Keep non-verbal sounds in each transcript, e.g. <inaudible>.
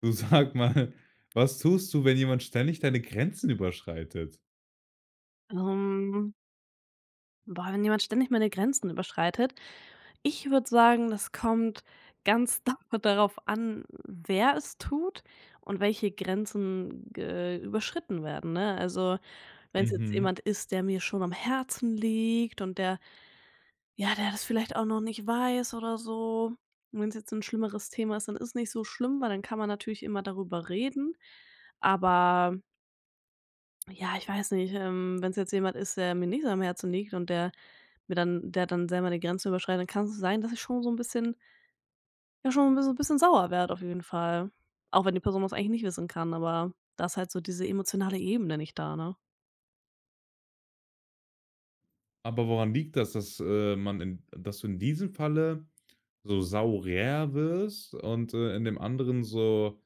Du sag mal, was tust du, wenn jemand ständig deine Grenzen überschreitet? Ähm, Boah, wenn jemand ständig meine Grenzen überschreitet? Ich würde sagen, das kommt ganz <laughs> da darauf an, wer es tut und welche Grenzen ge überschritten werden, ne? Also, wenn es jetzt Mhm. jemand ist, der mir schon am Herzen liegt und der ja, der das vielleicht auch noch nicht weiß oder so. Und wenn es jetzt ein schlimmeres Thema ist, dann ist nicht so schlimm, weil dann kann man natürlich immer darüber reden. Aber ja, ich weiß nicht, wenn es jetzt jemand ist, der mir nicht so am Herzen liegt und der mir dann der dann selber die Grenze überschreitet, dann kann es sein, dass ich schon so ein bisschen sauer werde auf jeden Fall. Auch wenn die Person das eigentlich nicht wissen kann, aber da ist halt so diese emotionale Ebene nicht da, ne? Aber woran liegt das, dass, man in dass du in diesem Falle so sauer wirst und, in dem anderen so,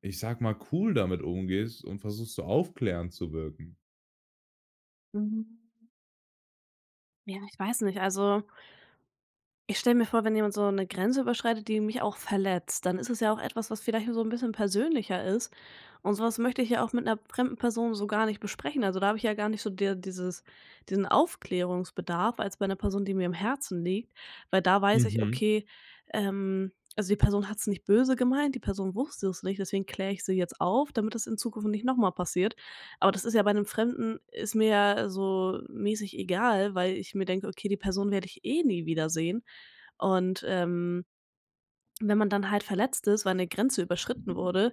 ich sag mal, cool damit umgehst und versuchst so aufklärend zu wirken? Mhm. Ja, ich weiß nicht. Also, ich stelle mir vor, wenn jemand so eine Grenze überschreitet, die mich auch verletzt, dann ist es ja auch etwas, was vielleicht so ein bisschen persönlicher ist. Und sowas möchte ich ja auch mit einer fremden Person so gar nicht besprechen. Also, da habe ich ja gar nicht so der dieses diesen Aufklärungsbedarf als bei einer Person, die mir im Herzen liegt, weil da weiß ich, Mhm. okay, also, die Person hat es nicht böse gemeint, die Person wusste es nicht, deswegen kläre ich sie jetzt auf, damit das in Zukunft nicht noch mal passiert. Aber das ist ja bei einem Fremden ist mir ja so mäßig egal, weil ich mir denke: „Okay, die Person werde ich eh nie wiedersehen." Und, wenn man dann halt verletzt ist, weil eine Grenze überschritten wurde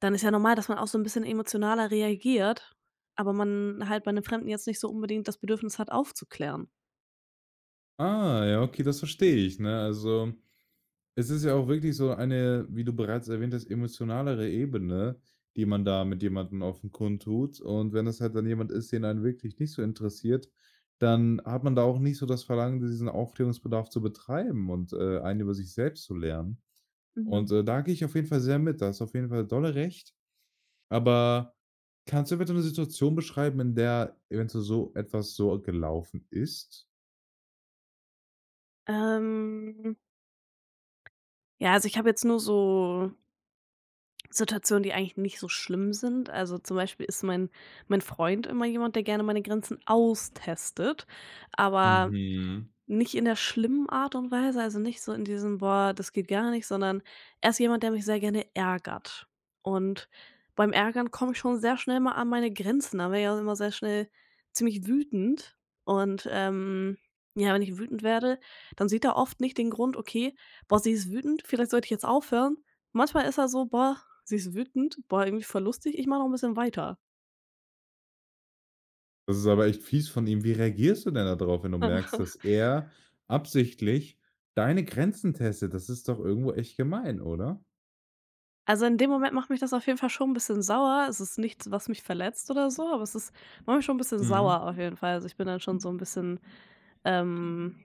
dann ist ja normal, dass man auch so 'n bisschen emotionaler reagiert, aber man halt bei 'nem Fremden jetzt nicht so unbedingt das Bedürfnis hat, aufzuklären. Ah, ja, okay, das verstehe ich, ne? Also, es ist ja auch wirklich so eine, wie du bereits erwähnt hast, emotionalere Ebene, die man da mit jemandem auf den Kund tut. Und wenn das halt dann jemand ist, den einen wirklich nicht so interessiert, dann hat man da auch nicht so das Verlangen, diesen Aufklärungsbedarf zu betreiben und, einen über sich selbst zu lernen. Und, Mhm. Da gehe ich auf jeden Fall sehr mit. Da hast du auf jeden Fall dolle recht. Aber kannst du bitte eine Situation beschreiben, in der eventuell so etwas so gelaufen ist? Ähm, ja, also, ich habe jetzt nur so Situationen, die eigentlich nicht so schlimm sind. Also, zum Beispiel ist mein Freund immer jemand, der gerne meine Grenzen austestet, aber Mhm. nicht in der schlimmen Art und Weise, also nicht so in diesem: „Boah, das geht gar nicht", sondern er ist jemand, der mich sehr gerne ärgert. Und beim Ärgern komme ich schon sehr schnell mal an meine Grenzen. Da werde ich auch immer sehr schnell ziemlich wütend. Und, ja, wenn ich wütend werde, dann sieht er oft nicht den Grund: „Okay, boah, sie ist wütend, vielleicht sollte ich jetzt aufhören." Manchmal ist er so: „Boah, sie ist wütend. Boah, irgendwie voll lustig. Ich mache noch ein bisschen weiter." Das ist aber echt fies von ihm. Wie reagierst du denn da drauf, wenn du merkst, <laughs> dass er absichtlich deine Grenzen testet? Das ist doch irgendwo echt gemein, oder? Also, in dem Moment macht mich das auf jeden Fall schon ein bisschen sauer. Es ist nichts, was mich verletzt oder so, aber es ist macht mich schon ein bisschen Mhm. sauer auf jeden Fall. Also, ich bin dann schon so ein bisschen, ähm,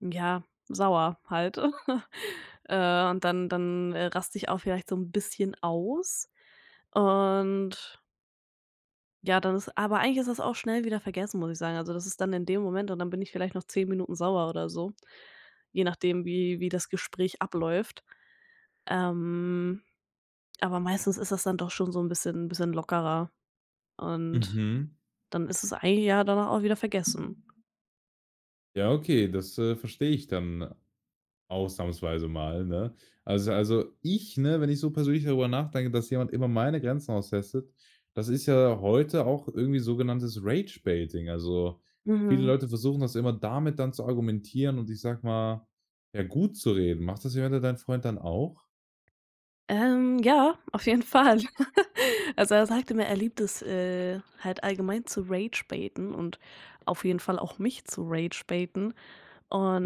ja, sauer halt. <laughs> Und dann raste ich auch vielleicht so ein bisschen aus. Und ja, dann ist aber eigentlich ist das auch schnell wieder vergessen, muss ich sagen. Also, das ist dann in dem Moment und dann bin ich vielleicht noch 10 Minuten sauer oder so, je nachdem, wie das Gespräch abläuft. Ähm. Aber meistens ist das dann doch schon so 'n bisschen lockerer und Mhm. dann ist es ein Jahr danach auch wieder vergessen. Ja, okay, das, verstehe ich dann ausnahmsweise mal, ne? Also ich, ne, wenn ich so persönlich darüber nachdenke, dass jemand immer meine Grenzen austestet, das ist ja heute auch irgendwie sogenanntes Rage-Baiting. Also, viele Mhm. Leute versuchen das immer damit dann zu argumentieren und ich sag mal, ja, gut zu reden. Macht das jemand dein Freund dann auch? Ja, auf jeden Fall. <laughs> Also, er sagte mir, er liebt es, halt allgemein zu ragebaiten und auf jeden Fall auch mich zu ragebaiten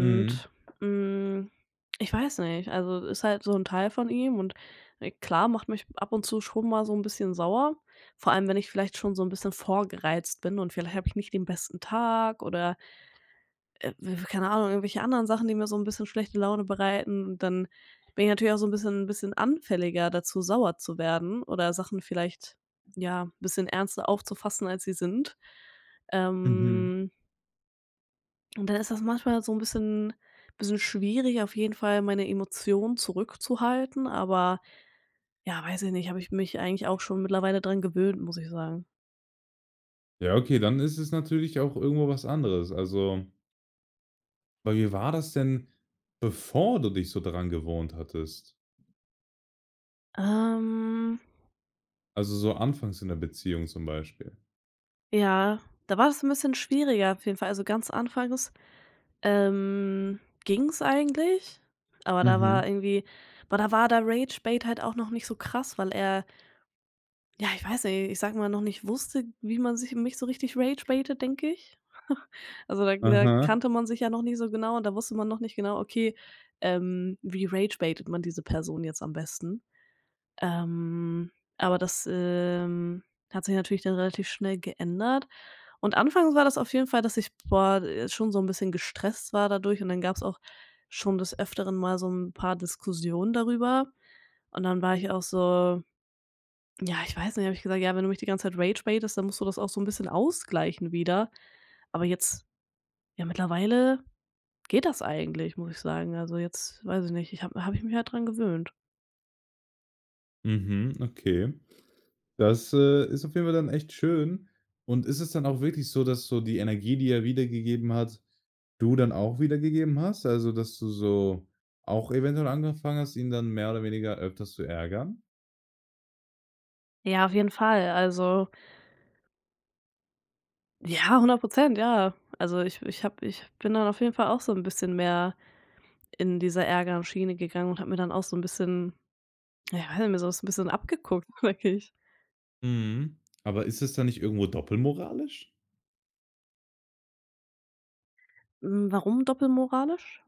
Mhm. hm, ich weiß nicht, also, ist halt so 'n Teil von ihm und, klar, macht mich ab und zu schon mal so 'n bisschen sauer, vor allem, wenn ich vielleicht schon so 'n bisschen vorgereizt bin und vielleicht habe ich nicht den besten Tag oder Äh, keine Ahnung, irgendwelche anderen Sachen, die mir so 'n bisschen schlechte Laune bereiten und dann bin ich natürlich auch so 'n bisschen anfälliger dazu, sauer zu werden oder Sachen vielleicht, ja, bisschen ernster aufzufassen, als sie sind. Mhm. Ähm, und dann ist das manchmal so 'n bisschen schwierig, auf jeden Fall meine Emotionen zurückzuhalten, aber ja, weiß ich nicht, habe ich mich eigentlich auch schon mittlerweile dran gewöhnt, muss ich sagen. Ja, okay, dann ist es natürlich auch irgendwo was anderes. Also, aber wie war das denn, bevor du dich so daran gewohnt hattest? Ähm, Also, so anfangs in der Beziehung zum Beispiel. ja, da war das 'n bisschen schwieriger auf jeden Fall. Also, ganz anfangs Ähm, ging's eigentlich, aber da war Mhm. irgendwie aber da war der Rage Bait halt auch noch nicht so krass, weil er, ja, ich weiß nicht, ich sage mal, noch nicht wusste, wie man sich mich so richtig Rage baitet, denke ich. <laughs> Also, da Aha. kannte man sich ja noch nicht so genau und da wusste man noch nicht genau, okay, wie Rage baitet man diese Person jetzt am besten? Ähm, aber das hat sich natürlich dann relativ schnell geändert und anfangs war das auf jeden Fall, dass ich, boah, schon so ein bisschen gestresst war dadurch und dann gab es auch schon des Öfteren mal so ein paar Diskussionen darüber. Und dann war ich auch so ja, ich weiß nicht, habe ich gesagt: „Ja, wenn du mich die ganze Zeit rage baitest, dann musst du das auch so ein bisschen ausgleichen wieder." Aber jetzt ja, mittlerweile geht das eigentlich, muss ich sagen. Also, jetzt weiß ich nicht, ich habe habe ich mich halt dran gewöhnt. Mhm, okay. Das, ist auf jeden Fall dann echt schön. Und ist es dann auch wirklich so, dass so die Energie, die er wiedergegeben hat, du dann auch wiedergegeben hast? Also, dass du so auch eventuell angefangen hast, ihn dann mehr oder weniger öfters zu ärgern? Ja, auf jeden Fall. Also, ja, 100%, ja. Also, ich bin dann auf jeden Fall auch so ein bisschen mehr in dieser Ärgerschiene gegangen und habe mir dann auch so 'n bisschen ja, habe mir so was 'n bisschen abgeguckt, <laughs> wirklich. Mhm. Aber ist es dann nicht irgendwo doppelmoralisch? Hm, warum doppelmoralisch?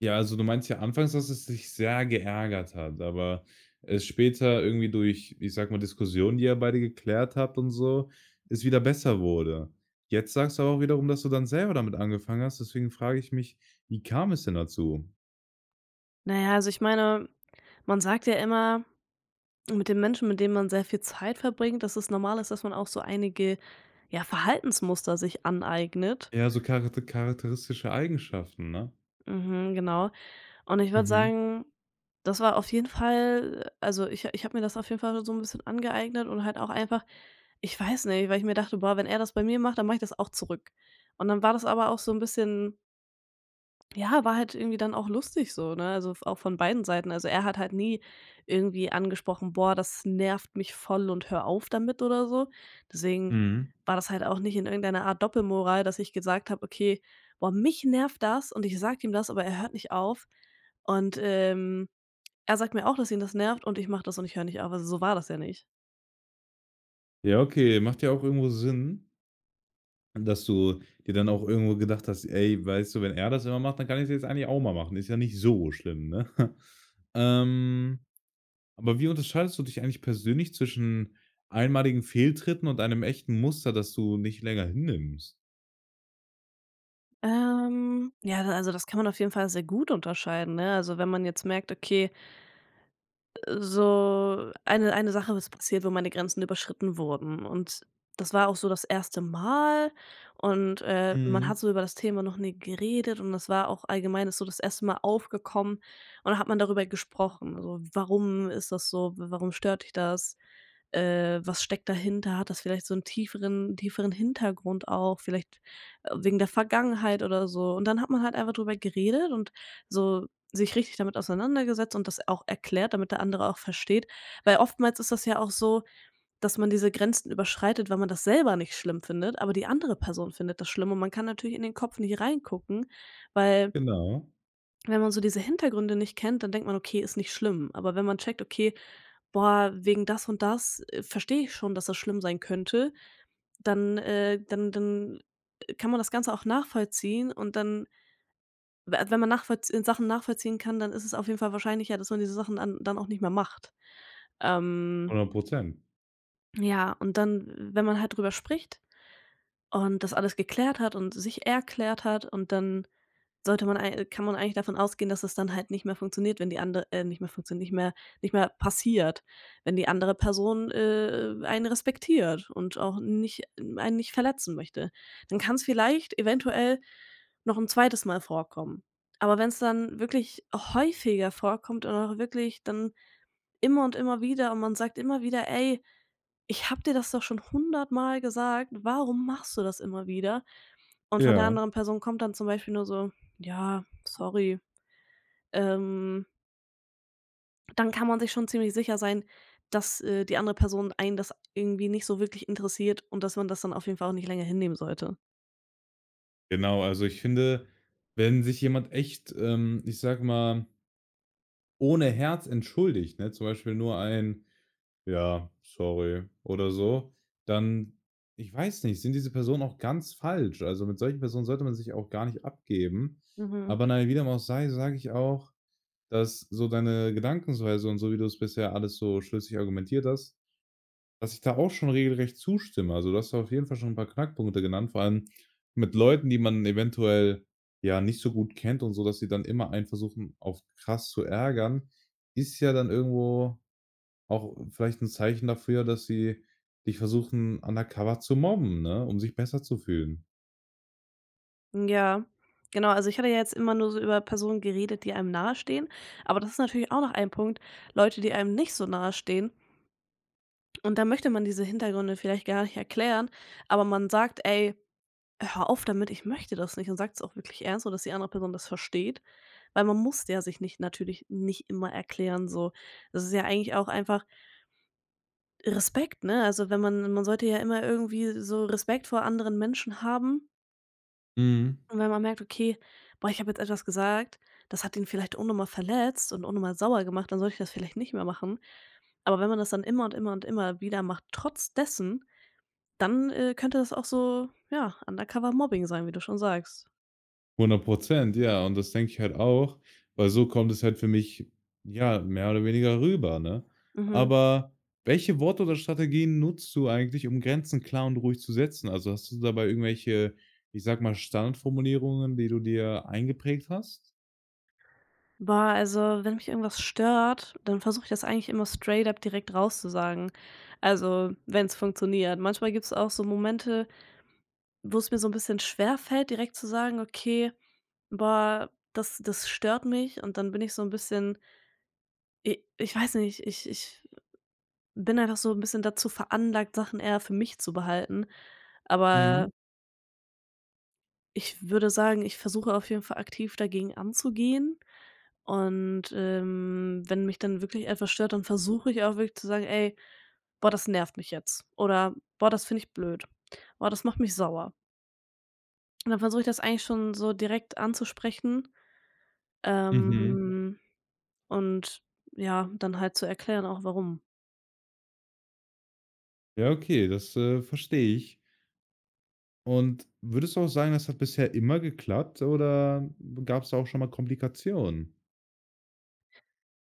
Ja, also du meinst ja anfangs, dass es dich sehr geärgert hat, aber es später irgendwie durch, ich sage mal, Diskussionen, die ihr beide geklärt habt und so, es wieder besser wurde. Jetzt sagst du aber auch wiederum, dass du dann selber damit angefangen hast, deswegen frage ich mich, wie kam es denn dazu? Na ja, also, ich meine, man sagt ja immer, mit den Menschen, mit denen man sehr viel Zeit verbringt, dass es normal ist, dass man auch so einige, ja, Verhaltensmuster sich aneignet. Ja, so charakteristische Eigenschaften, ne? Mhm, genau. Und ich würde Mhm. sagen, das war auf jeden Fall also, ich habe mir das auf jeden Fall so ein bisschen angeeignet und halt auch einfach ich weiß nicht, weil ich mir dachte: „Boah, wenn er das bei mir macht, dann mache ich das auch zurück." Und dann war das aber auch so ein bisschen ja, war halt irgendwie dann auch lustig so, ne? Also, f auch von beiden Seiten. Also, er hat halt nie irgendwie angesprochen: „Boah, das nervt mich voll und hör auf damit" oder so. Deswegen Mhm. war das halt auch nicht in irgendeiner Art Doppelmoral, dass ich gesagt habe: „Okay, boah, mich nervt das" und ich sage ihm das, aber er hört nicht auf. Und, er sagt mir auch, dass ihn das nervt und ich mache das und ich höre nicht auf. Also, so war das ja nicht. Ja, okay, macht ja auch irgendwo Sinn. Dass du dir dann auch irgendwo gedacht hast: „Ey, weißt du, wenn er das immer macht, dann kann ich es jetzt eigentlich auch mal machen. Ist ja nicht so schlimm“, ne? <laughs> Ähm, aber wie unterscheidest du dich eigentlich persönlich zwischen einmaligen Fehltritten und einem echten Muster, das du nicht länger hinnimmst? Ja, da also, das kann man auf jeden Fall sehr gut unterscheiden, ne? Also, wenn man jetzt merkt: „Okay, so eine Sache ist passiert, wo meine Grenzen überschritten wurden und das war auch so das erste Mal und, man Mhm. hat so über das Thema noch nie geredet und das war auch allgemein ist so das erste Mal aufgekommen und dann hat man darüber gesprochen. Also, „Warum ist das so? Warum stört dich das? Was steckt dahinter? Hat das vielleicht so einen tieferen Hintergrund auch, vielleicht, wegen der Vergangenheit oder so." Und dann hat man halt einfach drüber geredet und so sich richtig damit auseinandergesetzt und das auch erklärt, damit der andere auch versteht. Weil oftmals ist das ja auch so, dass man diese Grenzen überschreitet, weil man das selber nicht schlimm findet, aber die andere Person findet das schlimm und man kann natürlich in den Kopf nicht reingucken, weil Genau, wenn man so diese Hintergründe nicht kennt, dann denkt man: „Okay, ist nicht schlimm." Aber wenn man checkt: „Okay, boah, wegen das und das, verstehe ich schon, dass das schlimm sein könnte, dann kann man das Ganze auch nachvollziehen und dann we wenn man nachvollzie Sachen nachvollziehen kann, dann ist es auf jeden Fall wahrscheinlicher, dass man diese Sachen dann auch nicht mehr macht." Ähm, hundert Prozent. ja, und dann, wenn man halt drüber spricht und das alles geklärt hat und sich erklärt hat und dann sollte man ei kann man eigentlich davon ausgehen, dass es dann halt nicht mehr funktioniert, wenn die andere nicht mehr funktioniert, nicht mehr passiert, wenn die andere Person, einen respektiert und auch nicht einen nicht verletzen möchte. Dann kann es vielleicht eventuell noch ein zweites Mal vorkommen. Aber wenn es dann wirklich häufiger vorkommt und auch wirklich dann immer und immer wieder und man sagt immer wieder: „Ey, ich habe dir das doch schon hundertmal gesagt, warum machst du das immer wieder? Und von der Ja, anderen Person kommt dann zum Beispiel nur so: „Ja, sorry."" Ähm, dann kann man sich schon ziemlich sicher sein, dass, die andere Person einen das irgendwie nicht so wirklich interessiert und dass man das dann auf jeden Fall auch nicht länger hinnehmen sollte. genau. Also, ich finde, wenn sich jemand echt, ich sage mal, ohne Herz entschuldigt, ne, zum Beispiel nur ein „Ja, sorry“ oder so, dann ich weiß nicht, sind diese Personen auch ganz falsch. Also, mit solchen Personen sollte man sich auch gar nicht abgeben. Mhm. Aber na ja, wie dem auch sei, sage ich auch, dass so deine Gedankensweise und so, wie du es bisher alles so schlüssig argumentiert hast, dass ich da auch schon regelrecht zustimme. Also, du hast da auf jeden Fall schon ein paar Knackpunkte genannt, vor allem mit Leuten, die man eventuell, ja, nicht so gut kennt und so, dass sie dann immer einen versuchen, auf krass zu ärgern, ist ja dann irgendwo auch vielleicht ein Zeichen dafür, dass sie dich versuchen undercover zu mobben, ne, um sich besser zu fühlen. Ja, genau. Also, ich hatte ja jetzt immer nur so über Personen geredet, die einem nahestehen, aber das ist natürlich auch noch ein Punkt, Leute, die einem nicht so nahestehen. Und da möchte man diese Hintergründe vielleicht gar nicht erklären, aber man sagt: „Ey, hör auf damit, ich möchte das nicht" und sag's auch wirklich ernst, so, dass die andere Person das versteht, weil man muss der sich nicht natürlich nicht immer erklären so. Das ist ja eigentlich auch einfach Respekt, ne? Also, wenn man sollte ja immer irgendwie so Respekt vor anderen Menschen haben Mhm. und wenn man merkt: „Okay, boah, ich habe jetzt etwas gesagt, das hat ihn vielleicht unnötig verletzt und unnötig sauer gemacht, dann sollte ich das vielleicht nicht mehr machen." Aber wenn man das dann immer und immer und immer wieder macht, trotz dessen, dann, könnte das auch so, ja, Undercover-Mobbing sein, wie du schon sagst. Hundert Prozent, ja, und das denke ich halt auch, weil so kommt es halt für mich, ja, mehr oder weniger rüber, ne? Mhm. Aber welche Worte oder Strategien nutzt du eigentlich, um Grenzen klar und ruhig zu setzen? Also, hast du dabei irgendwelche, ich sage mal, Standardformulierungen, die du dir eingeprägt hast? Boah, also, wenn mich irgendwas stört, dann versuche ich das eigentlich immer straight up direkt rauszusagen. Also, wenn es funktioniert. Manchmal gibt es auch so Momente, wo es mir so ein bisschen schwer fällt direkt zu sagen: „Okay, boah, das stört mich." Und dann bin ich so ein bisschen i ich weiß nicht, ich bin einfach so ein bisschen dazu veranlagt, Sachen eher für mich zu behalten. Aber Mhm, ich würde sagen, ich versuche auf jeden Fall aktiv dagegen anzugehen und, wenn mich dann wirklich etwas stört, dann versuche ich auch wirklich zu sagen: „Ey, boah, das nervt mich jetzt" oder „Boah, das finde ich blöd. Boah, das macht mich sauer." Und dann versuche ich das eigentlich schon so direkt anzusprechen, mhm. ähm, und ja, dann halt zu erklären auch warum. Ja, okay, das, verstehe ich. Und würdest du auch sagen, das hat bisher immer geklappt oder gab's da auch schon mal Komplikationen?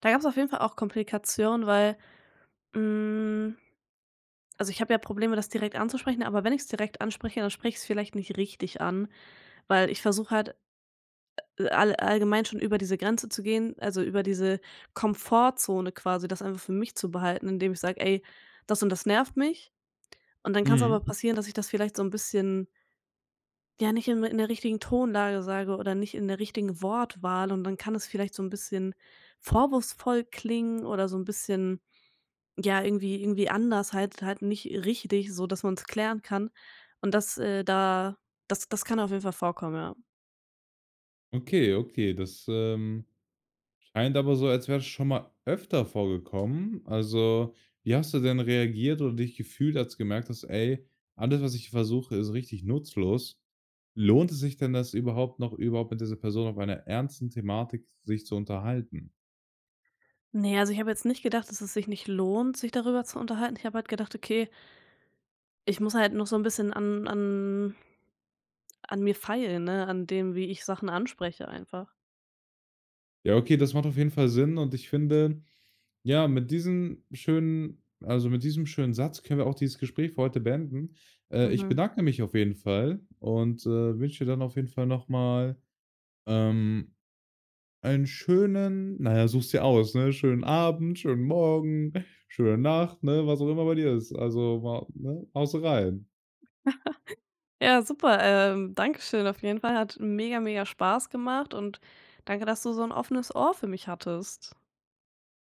Da gab es auf jeden Fall auch Komplikationen, weil, hm also ich habe ja Probleme, das direkt anzusprechen, aber wenn ich es direkt anspreche, dann spreche ich es vielleicht nicht richtig an, weil ich versuche halt, allgemein schon über diese Grenze zu gehen, also über diese Komfortzone quasi, das einfach für mich zu behalten, indem ich sage: „Ey, das und das nervt mich." Und dann kann es aber Mhm. passieren, dass ich das vielleicht so ein bisschen, ja, nicht in der richtigen Tonlage sage oder nicht in der richtigen Wortwahl und dann kann es vielleicht so ein bisschen vorwurfsvoll klingen oder so ein bisschen ja, irgendwie anders, halt nicht richtig, so dass man es klären kann. Und das, da das kann auf jeden Fall vorkommen, ja. Okay, okay, das, scheint aber so, als wäre es schon mal öfter vorgekommen. Also, wie hast du denn reagiert oder dich gefühlt, als du gemerkt hast: „Ey, alles, was ich versuche, ist richtig nutzlos?“ Lohnt es sich denn das überhaupt noch überhaupt mit dieser Person auf einer ernsten Thematik sich zu unterhalten? Ne, also ich habe jetzt nicht gedacht, dass es sich nicht lohnt, sich darüber zu unterhalten. Ich habe halt gedacht: „Okay, ich muss halt noch so ein bisschen an mir feilen, ne, an dem, wie ich Sachen anspreche einfach." Ja, okay, das macht auf jeden Fall Sinn und ich finde, ja, mit diesem schönen Satz können wir auch dieses Gespräch für heute beenden. Ich Mhm. bedanke mich auf jeden Fall und, wünsche dir dann auf jeden Fall noch mal, ähm, einen such's dir aus, ne, schönen Abend, schönen Morgen, schöne Nacht, ne, was auch immer bei dir ist. Also, wa ne, haust rein. Ja, super, dankeschön auf jeden Fall. Hat mega, mega Spaß gemacht und danke, dass du so ein offenes Ohr für mich hattest.